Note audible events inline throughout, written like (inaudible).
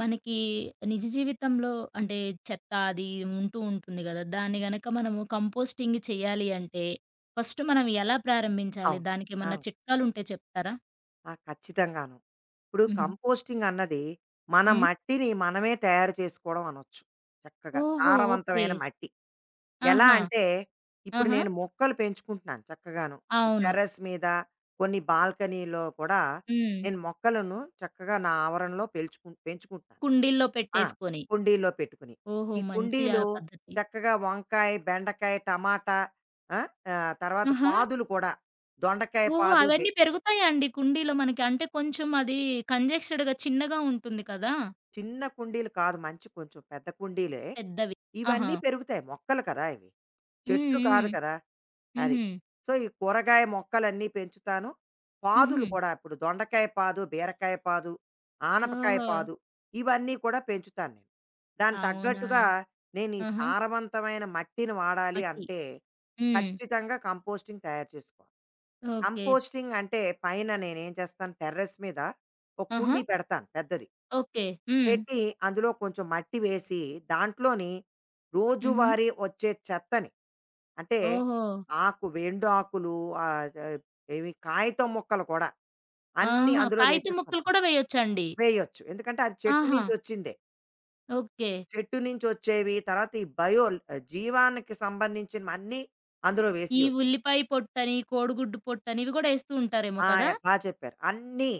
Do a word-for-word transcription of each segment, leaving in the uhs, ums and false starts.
మనకి నిజ జీవితంలో అంటే చెత్త అది ఉంటూ ఉంటుంది కదా! దాన్ని గనక మనము కంపోస్టింగ్ చేయాలి అంటే ఫస్ట్ మనం ఎలా ప్రారంభించాలి? అవును. ఆ! దానికేమన్నా చిట్కాలుంటే చెప్తారా? ఆ! ఖచ్చితంగాను. ఇప్పుడు హుహు. కంపోస్టింగ్ అన్నది మన హ్మ్. మట్టిని మనమే తయారు చేసుకోవడం అనొచ్చు. చక్కగా ఓహో! ఓకే. సారవంతమైన మట్టి. ఎలా ఆహా! అంటే ఇప్పుడు ఆహా! నేను మొక్కలు పెంచుకుంటున్నాను చక్కగాను. ఈ అవును. టెర్రస్ మీద కొన్ని బాల్కనీలో కూడా హ్మ్. నేను మొక్కలను చక్కగా నా ఆవరణలో పెంచుకు పెంచుకుంటున్నాను. కుండీల్లో ఆ! పెట్టేసుకొని. కుండీల్లో పెట్టుకుని. ఓహో! ఈ మంచి ఆ కుండీలు పద్ధతి. చక్కగా వంకాయ, బెండకాయ, టమాటా, ఆ! ఆహ్, తర్వాత ఆహా! పాదులు కూడా దొండకాయ ఓహో! పాదు బె, అవన్నీ పెరుగుతాయా అండి కుండీలో మనకి? అంటే కొంచెం అది కంజెస్టెడ్‌గా చిన్నగా ఉంటుంది కదా! చిన్న కుండీలు కాదు మంచి కొంచెం పెద్ద కుండీలే. పెద్దవి. ఆహా! ఇవన్నీ పెరుగుతాయి. మొక్కలు కదా ఇవి. హ్మ్. చెట్లు కాదు హ్మ్. కదా! అది. హుహు. సో, ఈ కూరగాయ మొక్కలన్నీ పెంచుతాను. పాదులు హుహు. కూడా ఇప్పుడు దొండకాయ పాదు, బీరకాయ పాదు, ఆనపకాయ ఓహో! పాదు ఇవన్నీ కూడా పెంచుతాను నేను. దానికి అవునా? తగ్గట్టుగా నేను ఈ ఆహా! సారవంతమైన మట్టిని వాడాలి మట్టి. అంటే హ్మ్. ఖచ్చితంగా కంపోస్టింగ్ తయారు చేసుకోవాలి. ఓకే. కంపోస్టింగ్ అంటే పైన నేనేం చేస్తాను టెర్రస్ మీద ఒక ఆహా! కుండీ పెడతాను పెద్దది. ఓకే. హ్మ్. పెట్టి అందులో కొంచెం మట్టి వేసి దాంట్లోని హుహు. రోజువారీ వచ్చే చెత్తని, అంటే ఓహో! ఆకు ఎండు ఆకులు, ఆ, ఆ, ఏవి కాగితం మొక్కలు కూడా అన్ని ఆహా! అందులో కాగితం వేసేస్తాం. ముక్కలు కూడా వేయొచ్చండి. వేయొచ్చు ఎందుకంటే అది చెట్టు ఆహా! నుంచి వచ్చిందే. ఓకే. చెట్టు నుంచి వచ్చేవి, తర్వాత ఈ బయో జీవానికి సంబంధించిన అన్ని అందులో ఈ వేసేయొచ్చు. ఉల్లిపాయ పొట్టని, కోడిగుడ్డు పొట్టని ఇవి గూడా ఏస్తూ ఉంటారేమో ఆ! కదా! యాహ్! బా చెప్పారు. అన్నీ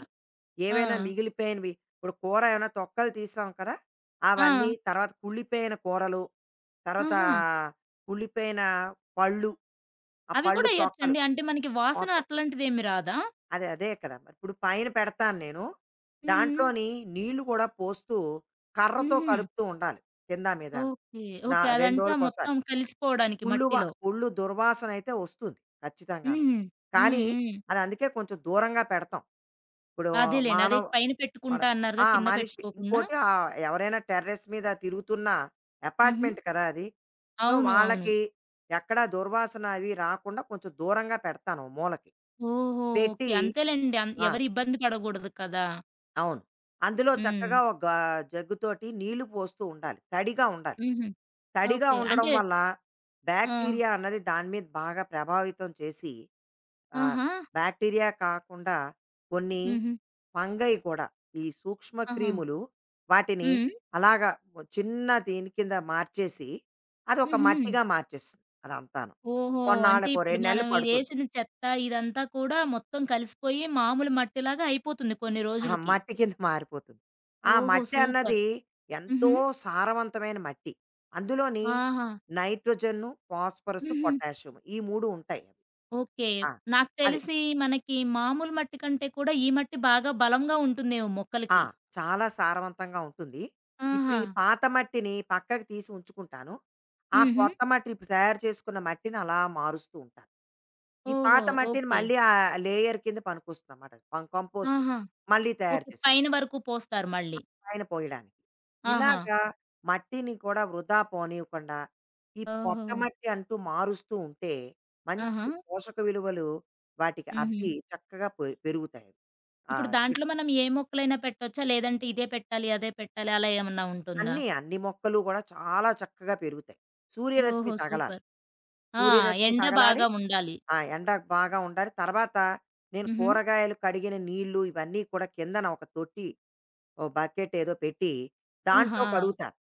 ఆ! ఏవైనా మిగిలిపోయినవి ఇప్పుడు కూర ఏమైనా తొక్కలు తీసాం కదా! ఆ! అవన్నీ, తర్వాత కుళ్ళిపోయిన కూరలు, తర్వాత ఆహా! కుళ్ళిపోయిన పళ్ళు, ఆ అవి పళ్ళు కూడా తొక్కలు ఎయొచ్చండి. అంటే మనకి వాసన మొత్తం. అట్లాంటిదేమి రాదా? అదే అదే కదా! మరి ఇప్పుడు పైన పెడతాను నేను. హ్మ్. దాంట్లోని నీళ్లు కూడా పోస్తూ కర్రతో హుహు. కలుపుతూ ఉండాలి కిందా మీదాను. ఓకే. నా ఓకే. రెండు అదంతా రోజులకోసారి. మొత్తం కలిసిపోవడానికి కుళ్ళు వా మట్టిలో. కుళ్ళు దుర్వాసన అయితే వస్తుంది ఖచ్చితంగాను. హ్మ్. హ్మ్. కానీ హ్మ్. అది అందుకే కొంచెం దూరంగా పెడతాం. ఇప్పుడు అదేలెండి. అదే మానవ పైన పడ, పెట్టుకుంటా అన్నారుగా ఆ! కింద మనిషి. పెట్టుకోకుండా. ఇంకోటి ఆహ్, ఎవరైనా టెర్రస్ మీద తిరుగుతున్నా హుహు. అపార్ట్మెంట్ కదా అది. సో, అవును. అవును. వాళ్ళకి ఎక్కడ దుర్వాసన అవి రాకుండా కొంచెం దూరంగా పెడతాను ఓ మూలకి. ఓహో! ఓకే. పెట్టి అంతేలెండి. అన్ ఆ! ఎవరు ఇబ్బంది పడగూడదు కదా! అవును. అందులో హ్మ్. చక్కగా ఒక గా జగ్గుతోటి నీళ్లు పోస్తూ ఉండాలి. తడిగా ఉండాలి. హుహు. తడిగా ఓకే. ఉండడం అంటే వల్ల ఆ! బ్యాక్టీరియా అన్నది దాని మీద బాగా ప్రభావితం చేసి, ఆహ్, ఆహా! బ్యాక్టీరియా కాకుండా కొన్ని హుహు. ఫంగై కూడా, ఈ సూక్ష్మ ఆహా! క్రిములు వాటిని హ్మ్. అలాగా ఓ చిన్న దీని కింద మార్చేసి అదొక హుహు. మట్టిగా మార్చేస్తుంది అదంతాను. ఓహో! అంటే కొన్నాళ్ళకో ఇప్పుడు రెండు నెలలు మనం పడుతుంది. ఇదేసిన చెత్త ఇదంతా కూడా మొత్తం కలిసిపోయి మామూలు మట్టిలాగా అయిపోతుంది కొన్ని ఆ రోజులకి. మట్టి కింద మారిపోతుంది. ఆ ఓహో! మట్టి సూపర్. అన్నది ఎంతో హుహు. సారవంతమైన మట్టి. అందులోని ఆహా! నైట్రోజను, ఫాస్ఫరస్, హుహు. పొటాషియం ఈ మూడు ఉంటాయి. అవి ఓకే. ఆ! నాకు అది. తెలిసి మనకి మామూలు మట్టి కంటే కూడా ఈ మట్టి బాగా బలంగా ఉంటుందేమో ఆ! మొక్కలకి. చాలా సారవంతంగా ఉంటుంది. ఇప్పుడు ఆహా! ఈ పాత మట్టిని పక్కకు తీసి ఉంచుకుంటాను. ఆ హుహు. కొత్త మట్టి ఇప్పుడు తయారు చేసుకున్న మట్టిని అలా మారుస్తూ ఉంటాను. ఈ ఓహో! పాత మట్టిని ఓకే. మళ్ళీ ఆ లేయర్ కింద పనికొస్తుందన్నమాట. పం కంపోస్ట్ ఆహా! మళ్ళీ తయారు ఓకే. చేసుకుంటాం. పైన వరకు పోస్తారు మళ్ళీ. ఆ పైన పోయడానికి. ఆహా! ఇలాగా మట్టిని కూడా వృధా పోనివ్వకుండా ఈ ఓహో! కొత్త మట్టి అంటూ మారుస్తూ ఉంటే మంచి ఆహా! పోషక విలువలు వాటికి హుహు. అబ్బి చక్కగా పె పెరుగుతాయి. ఆ ఇప్పుడు దాంట్లో చెట్లు. మనం ఏ మొక్కలైనా పెట్టొచ్చా? లేదంటే ఇదే పెట్టాలి, అదే పెట్టాలి అలా ఏమన్నా ఉంటుందా? అన్నీ, అన్ని మొక్కలు గూడా చాలా చక్కగా పెరుగుతాయి. సూర్యరశ్మి ఓహో! తగలాలి. సూపర్. ఆ! సూర్యరశ్మి ఎండ తగలాలి. బాగా ఉండాలి. ఆ! ఎండ బాగా ఉండాలి. తర్వాత నేను హుహు. కూరగాయలు కడిగిన నీళ్ళు ఇవన్నీ కూడా కిందన ఒక తొట్టి, ఓ బకెట్ ఏదో పెట్టి ఆహా! దాంట్లో కడుగుతాను.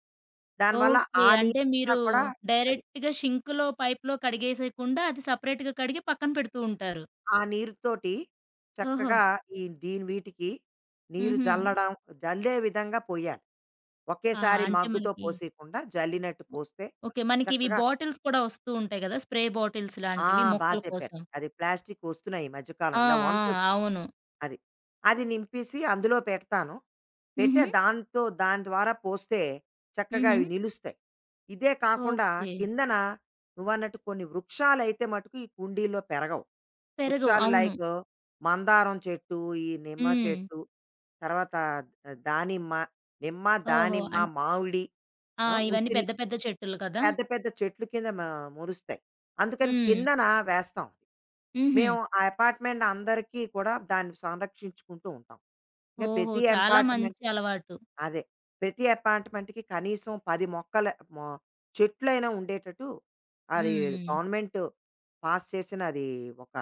దానివల్ల ఓకే. ఆ అంటే నీరంతా మీరు కూడా, అది, డైరెక్ట్‌గా షింక్‌లో, పైప్‌లో కడిగేసేయకుండా అది సెపరేట్‌గా కడిగి పక్కన పెడుతూ ఉంటారు. ఆ నీరుతోటి ఓహో! చక్కగా ఈ దీని వీటికి నీరు హుహు. జల్లడం, జల్లే విధంగా పొయ్యాలి. ఆ! ఒకేసారి అంటే మగ్గుతో మనకి పోసేయకుండా జల్లినట్టు పోస్తే ఓకే. మనకివి చక్కగా. బాటిల్స్ కూడా వస్తూ ఉంటాయి గదా! స్ప్రే బాటిల్స్ ఆ! లాంటివి బా మొక్కల చెప్పారు. కోసం. అది ప్లాస్టిక్ వస్తున్నాయి ఈ మధ్య కాలం. ఆ! ఇలా ఆ! వంచొచ్చు. అవును. అది. అది నింపేసి అందులో పెడతాను. హుహు. పెట్టే దాంతో దాని ద్వారా పోస్తే చక్కగా హుహు. అవి నిలుస్తాయి. ఇదే కాకుండా ఓకే. కిందన నువ్వన్నట్టు కొన్ని వృక్షాలైతే మటుకు ఈ కుండీల్లో పెరగవు. పెరగవు. వృక్షాలు అవును. లైక్ మందారం చెట్టు, ఈ నిమ్మ హ్మ్. చెట్టు, తర్వాత దానిమ్మ, నిమ్మ, ఓహో! దానిమ్మ, అన్ మామిడి, ఆ! ఆ! ఇవన్నీ ఉసిరి, పెద్ద పెద్ద చెట్టులు కదా! పెద్ద పెద్ద చెట్లు కింద మ మొలుస్తాయి. అందుకని హ్మ్. కిందన వేస్తాం అది. హుహు. మేము ఆ అపార్ట్‌మెంట్ అందరికీ కూడా దాన్ని సంరక్షించుకుంటూ ఉంటాం. ఇంక ఓహో! ప్రతి చాలా అపార్ట్‌మెంట్ మంచి అలవాటు. అదే. ప్రతి అపార్ట్‌మెంట్‌కి కనీసం పది మొక్కల మొ చెట్లైనా ఉండేటట్టు అది హ్మ్. గవర్నమెంట్ పాస్ చేసిన అది ఒక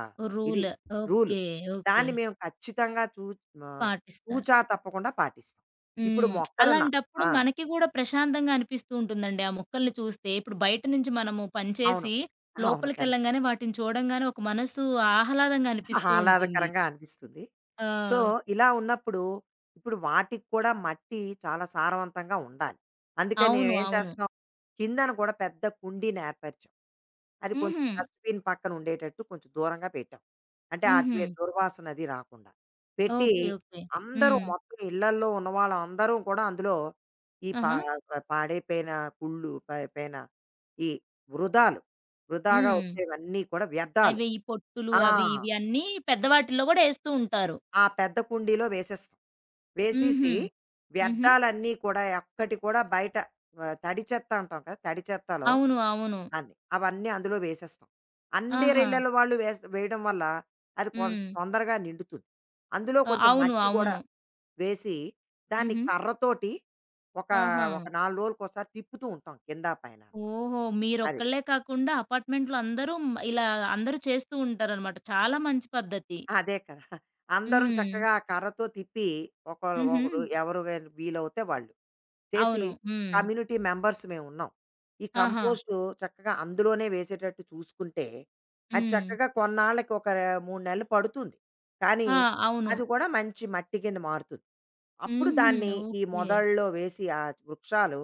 ఇది రూల్. రూలు. ఓకే. ఓకే. దాన్ని మేము ఖచ్చితంగా తూ, ఆహ్, పాటిస్తారు. తూచా తప్పకుండా పాటిస్తాం. ఇప్పుడు హ్మ్. మొక్కలు నా, అలాంటప్పుడు ఆ! మనకి గూడా ప్రశాంతంగా అనిపిస్తూ ఉంటుందండి. ఆ మొక్కల్ని చూస్తే. ఇప్పుడు బయట నుంచి మనము పని అవును. చేసి అవును. కరెక్ట్. లోపలికెళ్ళంగానే వాటిని చూడంగానే ఒక మనసు ఆహ్లాదంగా అనిపిస్తూ ఉంటుంది. ఆహ్లాదకరంగా అనిపిస్తుంది. ఆ! సో, ఇలా ఉన్నప్పుడు ఇప్పుడు వాటికి కూడా మట్టి చాలా సారవంతంగా ఉండాలి. అందుకని అవును. మేమేం అవును. చేస్తున్నాం, కిందన కూడా పెద్ద కుండీని ఏర్పరిచాం. అది కొంచెం హుహు. డస్ట్‌బిన్ పక్కన ఉండేటట్టు కొంచెం దూరంగా పెట్టాం. అంటే హుహు. అటువే దుర్వాసన అది రాకుండా. పెట్టి ఓకే. ఓకే. అందరూ హ్మ్. మొత్తం ఇళ్లల్లో ఉన్న వాళ్ళందరూ కూడా అందులో ఈ పా ఆహా! పాడైపోయిన కుళ్ళు, పడిపోయిన ఈ వృధాలు, వృధాగా హ్మ్. వచ్చేవన్నీ కూడా వ్యర్థాలు, అవి ఈ పొట్టులు ఆ! అవి ఇవి అన్నీ పెద్ద వాటిల్లో గూడా ఏస్తూ ఉంటారు. ఆ పెద్ద కుండీలో వేసేస్తాం. హుహు. వేసేసి హుహు. వ్యర్థాలన్నీ కూడా ఒక్కటి కూడా బయట, ఆహ్, తడి చెత్త అంటాం కదా! తడి చెత్తలో అవును. అవును. అన్ని అవన్నీ అందులో వేసేస్తాం. అందరి ఆహా! ఇళ్ళలో వాళ్ళు వేస్ వేయడం వల్ల అది కొంచెం హ్మ్. తొందరగా నిండుతుంది. అందులో ఆహ్, కొంచెం అవును. మట్టి కూడా అవును. వేసి దాన్ని హుహు. కర్రతోటి ఒక, ఆహా! ఒక నాలుగు రోజులకోసారి తిప్పుతూ ఉంటాం కిందా పైన. ఓహో! అది. మీరొక్కళ్ళే కాకుండా అపార్ట్‌మెంట్‌లో అందరూ హ్మ్, ఇలా అందరూ చేస్తూ ఉంటారనమాట. చాలా మంచి పద్ధతి. అదే కదా! అందరం హ్మ్. చక్కగా ఆ కర్రతో తిప్పి ఒకళ్ళు హుహు. ఒకరు ఎవరు వీళ్ళు వీలవుతే వాళ్ళు చేసి అవును. హ్మ్. కమ్యూనిటీ మెంబర్స్ మేమున్నాం. ఈ ఆహా! కంపోస్టు చక్కగా అందులోనే వేసేటట్టు చూసుకుంటే, అది హ్మ్. చక్కగా కొన్నాళ్ళకి ఒక మూడు నెలలు పడుతుంది. కానీ ఆ! అవును. అది కూడా మంచి మట్టి కింద మారుతుంది. అప్పుడు హుహు. దాన్ని ఈ ఓకే. మొదళ్ళలో వేసి ఆ వృక్షాలు,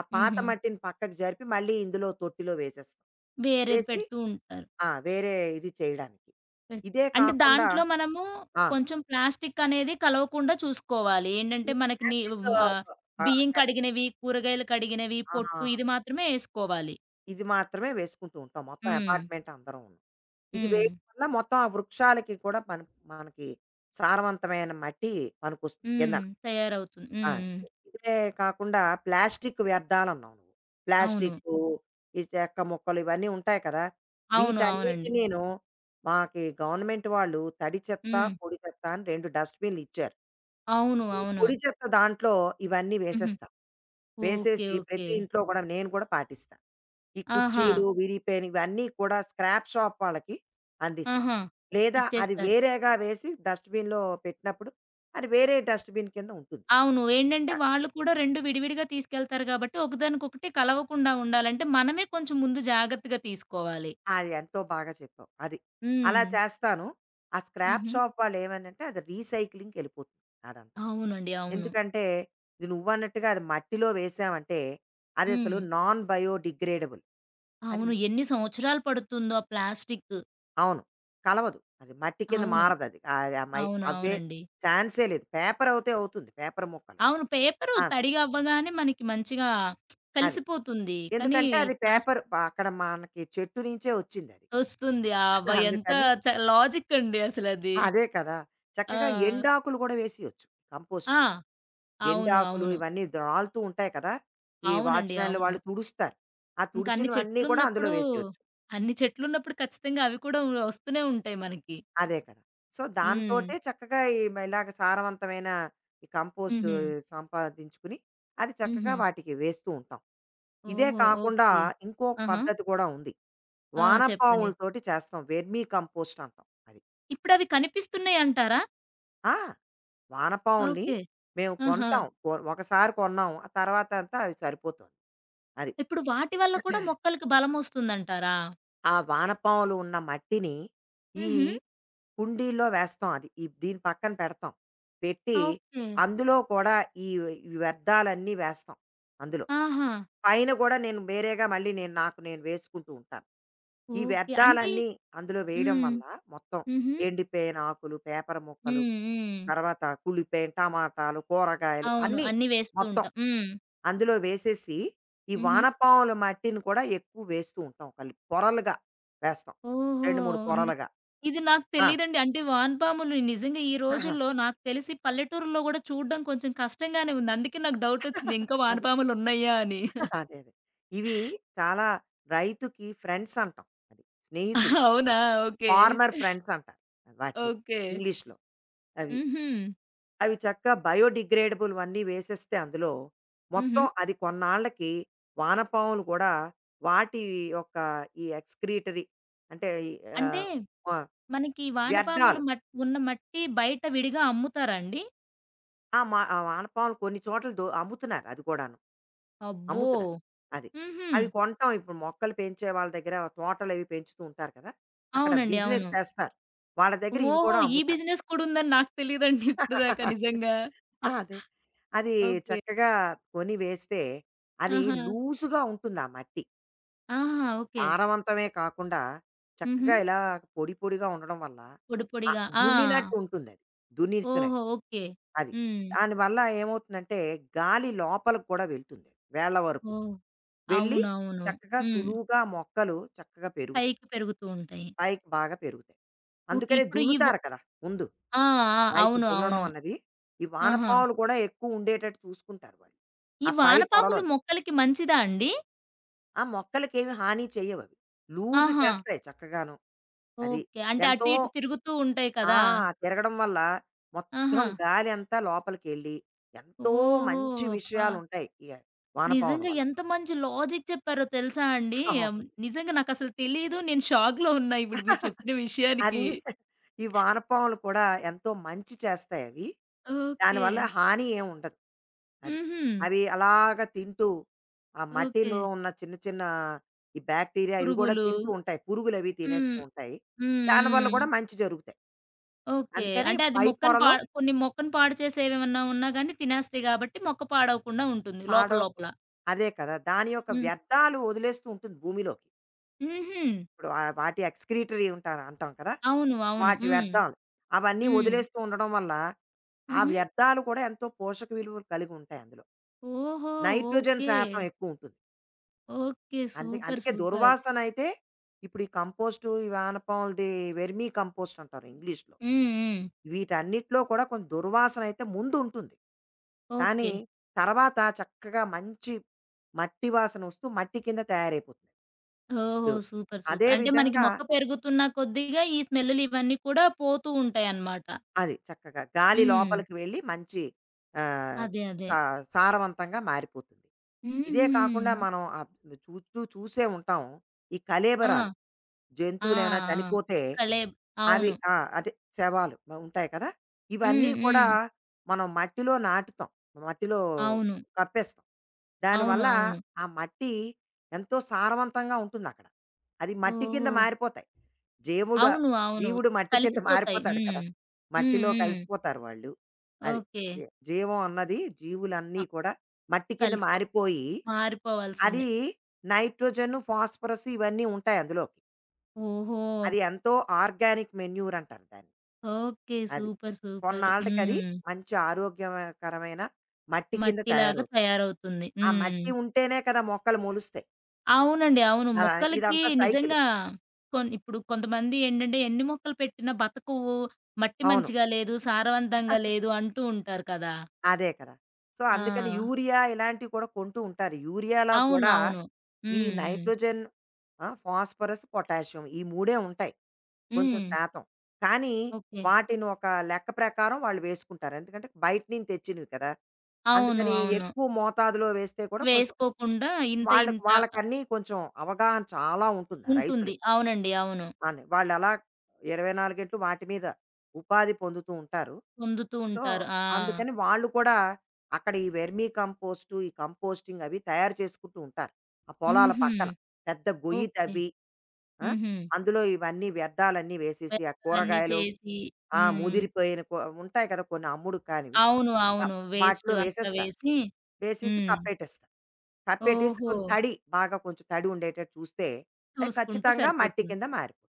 ఆ పాత హుహు. మట్టిని పక్కకు జరిపి మళ్ళీ ఇందులో తొట్టిలో వేసేస్తాం. వేరేది వేసి పెడుతూ ఉంటారు. ఆ! వేరే ఇది చేయడానికి. పెడ్ ఇదే అంటే కాకుండా దాంట్లో మనము ఆ! కొంచెం ప్లాస్టిక్ అనేది కలవకుండా చూసుకోవాలి. ఏంటంటే ఈ మనకి ని ప్లాస్టికు, హ్మ్, ఆహ్, ఆ! బియ్యం కరెక్ట్. కడిగినవి, కూరగాయలు కడిగినవి, ఆ! పొట్టు ఇది మాత్రమే యేసుకోవాలి. ఇది మాత్రమే వేసుకుంటూ ఉంటాం. మొత్తం హ్మ్. అపార్ట్‌మెంట్ అందరూను. ఇది హ్మ్. వేయడం వల్ల మొత్తం ఆ వృక్షాలకి కూడా మన మనకి సారవంతమైన మట్టి పనికొస్తుంది హ్మ్. కిందన. తయారవుతుంది. ఆ! హ్మ్. హ్మ్. ఇవే కాకుండా ప్లాస్టిక్ వ్యర్థాలన్నావు నువ్వు. అవును. ప్లాస్టికు, ఈ చెక్క ముక్కలు ఇవన్నీ ఉంటాయి కదా! అవును. అవునండి. వీటన్నిటినీను మాకి గవర్నమెంట్ వాళ్ళు తడి చెత్త, హ్మ్. పొడి చెత్త అని రెండు డస్ట్‌బిన్‌లిచ్చారు. అవును. ఈ అవును. పొడి చెత్త దాంట్లో ఇవన్నీ హుహు. వేసేస్తారు. ఓకే. వేసేసి ఓకే. ప్రతి ఇంట్లో కూడా నేను కూడా పాటిస్తా. ఈ ఆహా! కుర్చీలు విరిగిపోయినవి ఇవన్నీ కూడా స్క్రాప్ షాప్ వాళ్ళకి అందిస్తాం. ఆహా! లేదా అది ఇచ్చేస్తారు. వేరేగా వేసి డస్ట్‌బిన్‌లో పెట్టినప్పుడు అది వేరే డస్ట్‌బిన్ కింద ఉంటుంది. అవును. ఏంటంటే ఆ! వాళ్ళు కూడా రెండు విడివిడిగా తీసుకెళ్తారు గాబట్టి, ఒకదానికొకటి కలవకుండా ఉండాలంటే, మనమే కొంచెం ముందు జాగ్రత్తగా తీసుకోవాలి. అది ఎంతో బాగా చెప్పావు. అది. అలా హ్మ్. చేస్తాను. ఆ స్క్రాప్ హుహు. షాప్ వాళ్ళు ఏమనంటే అది రీసైక్లింగ్‌కెళ్ళిపోతుంది అదంతా. అవునండి. అవును. ఎందుకంటే ఇది నువ్వన్నట్టుగా అది మట్టిలో వేసామంటే అది హ్మ్. అసలు నాన్ బయోడిగ్రేడబుల్. అది అవును. ఎన్ని సంవత్సరాలు పడుతుందో ఆ ప్లాస్టిక్. అవును. కలవదు. అది మట్టి కింద అవును. మారదది. ఆహ్, ఆ ఆ మై, అవును. అవే అవునండి. ఛాన్సే లేదు. పేపర్ అవుతే అవుతుంది. పేపర్ ముక్కలు. అవును. పేపరు ఆ! తడిగా అవ్వగానే మనకి మంచిగా అది. కలిసిపోతుంది. కానీ ఎందుకంటే అది ప్లాస్ పేపర్ ప అక్కడ మనకి చెట్టు నుంచే వచ్చిందది. వస్తుంది. అబ్బా! (laughs) ఎంత అందుకని చ లాజిక్ అండి అసలది. అదే కదా! ఆ! చక్కగా ఎండాకులు గూడా వేసేయొచ్చు ఆ! కంపోస్ట్‌కి. అవును. ఎండాకులు అవును. ఇవన్నీ రాలుతూ ఉంటాయి కదా! ఈ అవునండి. వాచ్‌మ్యాన్‌లు అవును. వాళ్ళు తుడుస్తారు. ఆ ఇంక అన్ని తుడిచినవన్నీ కూడా అందులో చెట్లున్నప్పుడు వేసేయొచ్చు. అన్ని చెట్లున్నప్పుడు ఖచ్చితంగా అవి కూడా వ వస్తూనే ఉంటాయి మనకి. అదే కదా! సో, హ్మ్. దాంతోటే చక్కగా ఈ మ ఇలాగ సారవంతమైన ఈ కంపోస్టు హుహు. సంపాదించుకుని, అది చక్కగా హుహు. వాటికి వేస్తూ ఉంటాం. ఇదే ఓహో! కాకుండా ఓకే. ఇంకో ఆహా! పద్ధతి కూడా ఉంది. ఆ! చెప్పండి. వానపాములతోటి చేస్తాం. వెర్మీ కంపోస్ట్ అంటాం అది. ఇప్పుడవి కనిపిస్తున్నాయంటారా? ఆ! వానపాముల్ని ఓకే. మేము ఆహా! కొంటాం. ఒ ఒకసారి కొన్నాం. ఆ తర్వాతంతా అవి సరిపోతుంది. అది. ఇప్పుడు వాటి వల్ల కూడా మొక్కలకి బలమొస్తుందంటారా? ఆ వానపాములు ఉన్న మట్టిని ఈ హుహు. కుండీల్లో వేస్తాం అది. ఈ దీని పక్కన పెడతాం. పెట్టి ఓకే. అందులో కూడా ఈ ఈ వ్యర్థాలన్నీ వేస్తాం అందులో. ఆహా! పైన గూడా నేను వేరేగా మళ్ళీ నేను నాకు నేను వేసుకుంటూ ఉంటాను. ఈ ఓకే. అంటే వ్యర్థాలన్నీ అందులో వేయడం హ్మ్. వల్ల మొత్తం హుహు. ఎండిపోయిన ఆకులు, పేపర్ ముక్కలు, హ్మ్. హ్మ్. తర్వాత కుళ్ళిపోయిన టమాటాలు, కూరగాయలు అవును. అన్నీ అన్నీ వేస్తూ మొత్తం ఉంటాం. హ్మ్. అందులో వేసేసి, ఈ హుహు. వానపాముల మట్టిని కూడా ఎక్కువ వేస్తూ ఉంటాం. కలిపి పొరలుగా వేస్తాం. ఓహో! రెండు, మూడు ని పొరలుగా. ఇది నాకు ఆ! తెలీదండి. అంటే వానపాములు నిజంగా ఈ (laughs) రోజుల్లో నాకు తెలిసి పల్లెటూరులో గూడా చూడ్డం కొంచెం కష్టంగానే ఉంది. అందుకే నాకు డౌటొచ్చింది. ఇంకా అది. వానపాములున్నాయా అని. అదే అదే. ఇవి చాలా రైతుకి ఫ్రెండ్స్ అంటాం. అది స్నేహితులు (laughs) అవునా? అన్నమాట. ఓకే. ఫార్మర్ ఫ్రెండ్స్ అంటారు వాటిని ఓకే. ఇంగ్లీష్‌లో. అవి. హుహు. అవి చక్కగా బయోడిగ్రేడబుల్ అన్నీ వేసేస్తే అందులో హుహు. మొత్తం అది కొన్నాళ్ళకి వానపాములు కూడా వాటి యొక్క ఈ ఎక్స్‌క్రీటరీ అంటే అంటే ఆహ్, వ మనకి వానపాములు వ్యర్థాలు. మట్ ఉన్న మట్టి బయట విడిగా అమ్ముతారా అండి? ఆ! మా ఆ వానపాములు కొన్ని చోట్ల దొ అమ్ముతున్నారు అది కూడాను. అబ్బో! అమ్ముతున్నారు. అది. హుహు. అవి కొంటాం ఇప్పుడు మొక్కలు పెంచే వాళ్ళ దగ్గర తోటలు అవి పెంచుతూ ఉంటారు కదా! అక్కడ అవునండి. బిజినెస్ అవును. చేస్తారు. వాళ్ళ దగ్గర ఇవి ఓహో! కూడా ఈ అమ్ముతారు. బిజినెస్ కూడా ఉందని నాకు తెలీదండి ఇప్పుడు దాకా (laughs) నిజంగా. ఆ! అదే. అది ఓకే. చక్కగా కొని వేస్తే అది ఆహా! లూజుగా ఉంటుంది ఆ మట్టి. ఆహా! ఓకే. సారవంతమే కాకుండా హుహు. చక్కగా ఇలా పొడి పొడిగా ఉండడం వల్ల పొడి ఆహ్, పొడిగా. ఆ! దున్నినట్టు ఉంటుందది. ఓహో! దున్నేసినట్టు. ఓకే. అది. హ్మ్. దానివల్ల ఏమవుతుందంటే గాలి లోపలికి కూడా వెళ్తుంది. వేళ్ళ వరకు. ఓహ్! వెళ్ళి అవునవును. చక్కగా హ్మ్. సులువుగా మొక్కలు చక్కగా పెరుగుతాయి. పైకి పెరుగుతూ ఉంటాయి. పైకి బాగా పెరుగుతాయి. ఓకే. అందుకనే ఇప్పుడు ఈ వ దున్నుతారు కదా! ముందు. ఆ! ఆ! పైకి అవును. దున్నడం అవును. అన్నది ఈ ఆహా! వానపాములు కూడా ఎక్కువ ఉండేటట్టు చూసుకుంటారు వాళ్ళు. ఈ ఆ పై వానపాములు పొరలోని. మొక్కలకి మంచిదా అండి? ఆ మొక్కలకేమి హాని చెయ్యవవి. లూజ్ ఆహా! చేస్తాయి చక్కగాను. అది. ఓకే. అంటే అటు ఎంతో ఇటు తిరుగుతూ ఉంటాయి ఆ! కదా! తిరగడం వల్ల ఆహా! మొత్తం గాలి అంతా లోపలికెళ్ళి ఎంతో ఓహో! మంచి అబ్బా! విషయాలుంటాయి ఈ వానపాముల నిజంగా వల్ల. ఎంత మంచి లాజిక్ చెప్పారో తెలుసా అండి. ఆహ్, అవును. నిజంగా నాకసలు తెలీదు. నేను షాక్‌లో ఉన్నా ఇప్పుడు మీరు చెప్పిన విషయానికి. అది (laughs) ఈ వానపాములు కూడా ఎంతో మంచి చేస్తాయి అవి. ఓకే. దానివల్ల హాని ఏమి ఉండదు. అది. హుహు. అవి అలాగా తింటూ ఆ ఓకే. మట్టిలో ఉన్న చిన్న చిన్న ఈ బ్యాక్టీరియా ఇవి కూడా పురుగులు. తింటూ ఉంటాయి. పురుగులవి హ్మ్. తినేస్తూ ఉంటాయి. హ్మ్. దానివల్ల కూడా హ్మ్. మంచి జరుగుతాయి. ఓకే. అందుకని అంటే అది పై మొక్కని పా పొరలో కొన్ని మొక్కని పాడు చేసేవేమన్నా ఉన్నా గాని తినేస్తాయి గాబట్టి మొక్క పాడవకుండా ఉంటుంది లోపల పాడవ లోపల. అదే కదా! దాని యొక్క హ్మ్. వ్యర్థాలు వదిలేస్తూ ఉంటుంది భూమిలోకి. హుహు. ఇప్పుడు ఆ వాటి ఎక్స్‌క్రీటరీ ఉంటారు అంటాం కదా! అవును. అవును. వాటి హ్మ్. వ్యర్థాలు. అవన్నీ హ్మ్. వదిలేస్తూ ఉండడం వల్ల, ఆ హుహు. వ్యర్థాలు కూడా ఎంతో పోషక విలువలు కలిగి ఉంటాయి అందులో. ఓహో! Nitrogen okay. శాతం ఎక్కువుంటుంది. ఓకే. అందు సూపర్. అందుకే సూపర్. దుర్వాసనైతే, ఇప్పుడు ఈ కంపోస్టు, ఈ వానపాములది వెర్మీ కంపోస్ట్ అంటారు ఇంగ్లీష్‌లో. హ్మ్. హ్మ్. వీటన్నిటిలో కూడా కొంచెం దుర్వాసనైతే ముందుంటుంది. కానీ ఓకే. తర్వాత చక్కగా మంచి మట్టి వాసనొస్తూ మట్టి కింద తయారైపోతుంది. ఓహో! ఇప్పుడు సూపర్. అదే సూపర్. అంటే మనకి విధంగా మొక్క పెరుగుతున్న కొద్దిగా ఈ స్మెల్లులు ఇవన్నీ కూడా పోతూ ఉంటాయన్నమాట. అది చక్కగా గాలి హ్మ్. లోపలికి వెళ్ళి మంచి ఆహ్, అదే. అదే. సా సారవంతంగా మారిపోతుంది. ఇదే కాకుండా హుహు. మనం ఆహ్, చూస్తూ చూసే ఉంటాం. ఈ కళేబరాలు, ఆ! ఆ! జంతువులేమైనా ఆ! చనిపోతే కలేబ్ అవి అవును. ఆ! అదే శవాలు మ- ఉంటాయి కదా! ఇవన్నీ హ్మ్. కూడా హ్మ్. మనం మట్టిలో నాటుతాం. మట్టిలో అవును. కప్పేస్తాం. అవును. దానివల్ల అవును. ఆ మట్టి ఎంతో సారవంతంగా ఉంటుందక్కడ. అది మట్టి కింద ఓహో! మారిపోతాయి. జీవుడు అవును. అవును. జీవుడు మట్టి కింద (laughs) కలిసిపోతాయి. మారిపోతాడు హ్మ్. కదా! హ్మ్. మట్టిలో హ్మ్. కలిసిపోతారు వాళ్ళు. అది ఓకే. జీ జీవం అన్నది ఆ! జీవులన్నీ కూడా మట్టి కింద కలిసిపో మారిపోయి, అది మారిపోవాల్సిందే. నైట్రోజన్, ఫాస్ఫరస్ ఇవన్నీ ఉంటాయి అందులోకి. ఓహో! అది ఎంతో ఆర్గానిక్ మెన్యూర్ అంటారు దాన్ని. ఓకే. అది. సూపర్. సూపర్. కొన్నాళ్ళకది హ్మ్. మంచి ఆరోగ్యకరమైన మట్టి కింద మట్టిలాగా తయారవుతుంది. తయారవుతుంది. ఆ హ్మ్. మట్టి ఉంటేనే కదా మొక్కలు మొలుస్తాయి. అవునండి. అవును. అలా మొక్కలకి ఇదంతా సైకిల్. నిజంగా కొన్ ఇప్పుడు కొంతమంది ఏంటంటే ఎన్ని మొక్కలు పెట్టినా బతకవు, మట్టి అవును. మంచిగా లేదు, సారవంతంగా లేదు అంటూ ఉంటారు కదా! అదే కదా! సో, ఆ! అందుకని యూరియా ఇలాంటివి కూడా కొంటూ ఉంటారు. యూరియాలో అవును. కూడా అవును. ఈ హ్మ్. హ్మ్. నైట్రోజన్, ఆ! ఫాస్ఫరస్, పొటాషియం ఈ మూడే ఉంటాయి. కొంచెం హ్మ్. శాతం. కానీ ఓకే. వాటిని ఒక లెక్క ప్రకారం వాళ్ళు వేసుకుంటారు. ఎందుకంటే బయట నుంచి తెచ్చినవి కదా! అవును. అందుకని అవును. ఎక్కువ మోతాదులో వేస్తే కూడా కొంచెం వేసుకోకుండా ఇంత వాళ్ళకి ఇంత వాళ్ళకన్నీ కొంచెం అవగాహన చాలా ఉంటుంది ఆ ఉంటుంది. రైతులకి. అవునండి. అవును. అని. వాళ్ళలా ఇరవై నాలుగు గంటలు వాటి మీద ఉపాధి పొందుతూ ఉంటారు. పొందుతూ సో, ఉంటారు. ఆ! అందుకని వాళ్ళు కూడా అక్కడ ఈ వెర్మీ కంపోస్టు, ఈ కంపోస్టింగ్ అవి తయారు చేసుకుంటూ ఉంటారు. ఆ పొలాల హుహు. పక్కన. పెద్ద గొయ్యి ఓకే. తవ్వి ఆ! హుహు. అందులో ఇవన్నీ వ్యర్థాలన్నీ వేసేసి, ఆ వ్యర్థాలన్నీ కూరగాయలు చేసి ఆ! హ్మ్. ముదిరిపోయిన కూ ఉంటాయి కదా! కొన్ని అమ్ముడు కానివి. అవును. వ అవును. వేస్ట్ వాటిలో అంతా వేసేస్తారు. వేసి వేసేసి హ్మ్. కప్పేటేస్తారు. కప్పేట్టేసి ఓహో! కొంచెం తడి బాగా కొంచెం తడి ఉండేటట్టు చూస్తే, అవి చూసుకుంటే ఖచ్చితంగా మట్టి సరిపోతుంది. కింద మారిపోతుంది.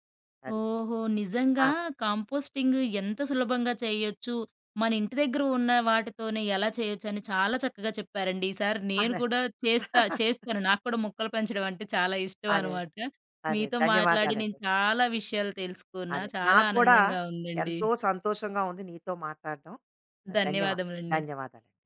అది. ఓహో! నిజంగా ఆ! కంపోస్టింగ్ ఎంత సులభంగా చేయొచ్చు, మన ఇంటి దగ్గర ఉన్న వాటితోనే ఎలా చేయొచ్చు అని చాలా చక్కగా చెప్పారండి. ఈసారి నేను అదే. కూడా చేస్తా (laughs) చేస్తాను. నాకు కూడా మొక్కలు పెంచడం అంటే చాలా ఇష్టం అదే. అనమాట. అదే. మీతో మాట్లాడి నేను ధన్యవాదాలండి. చాలా విషయాలు తెలుసుకున్నా. అదే. చాలా నాకు కూడా ఆనందంగా ఉందండి. ఎంతో సంతోషంగా ఉంది నీతో మాట్లాడడం. ధన్యవా ధన్యవాదములండి. ధన్యవాదాలండి.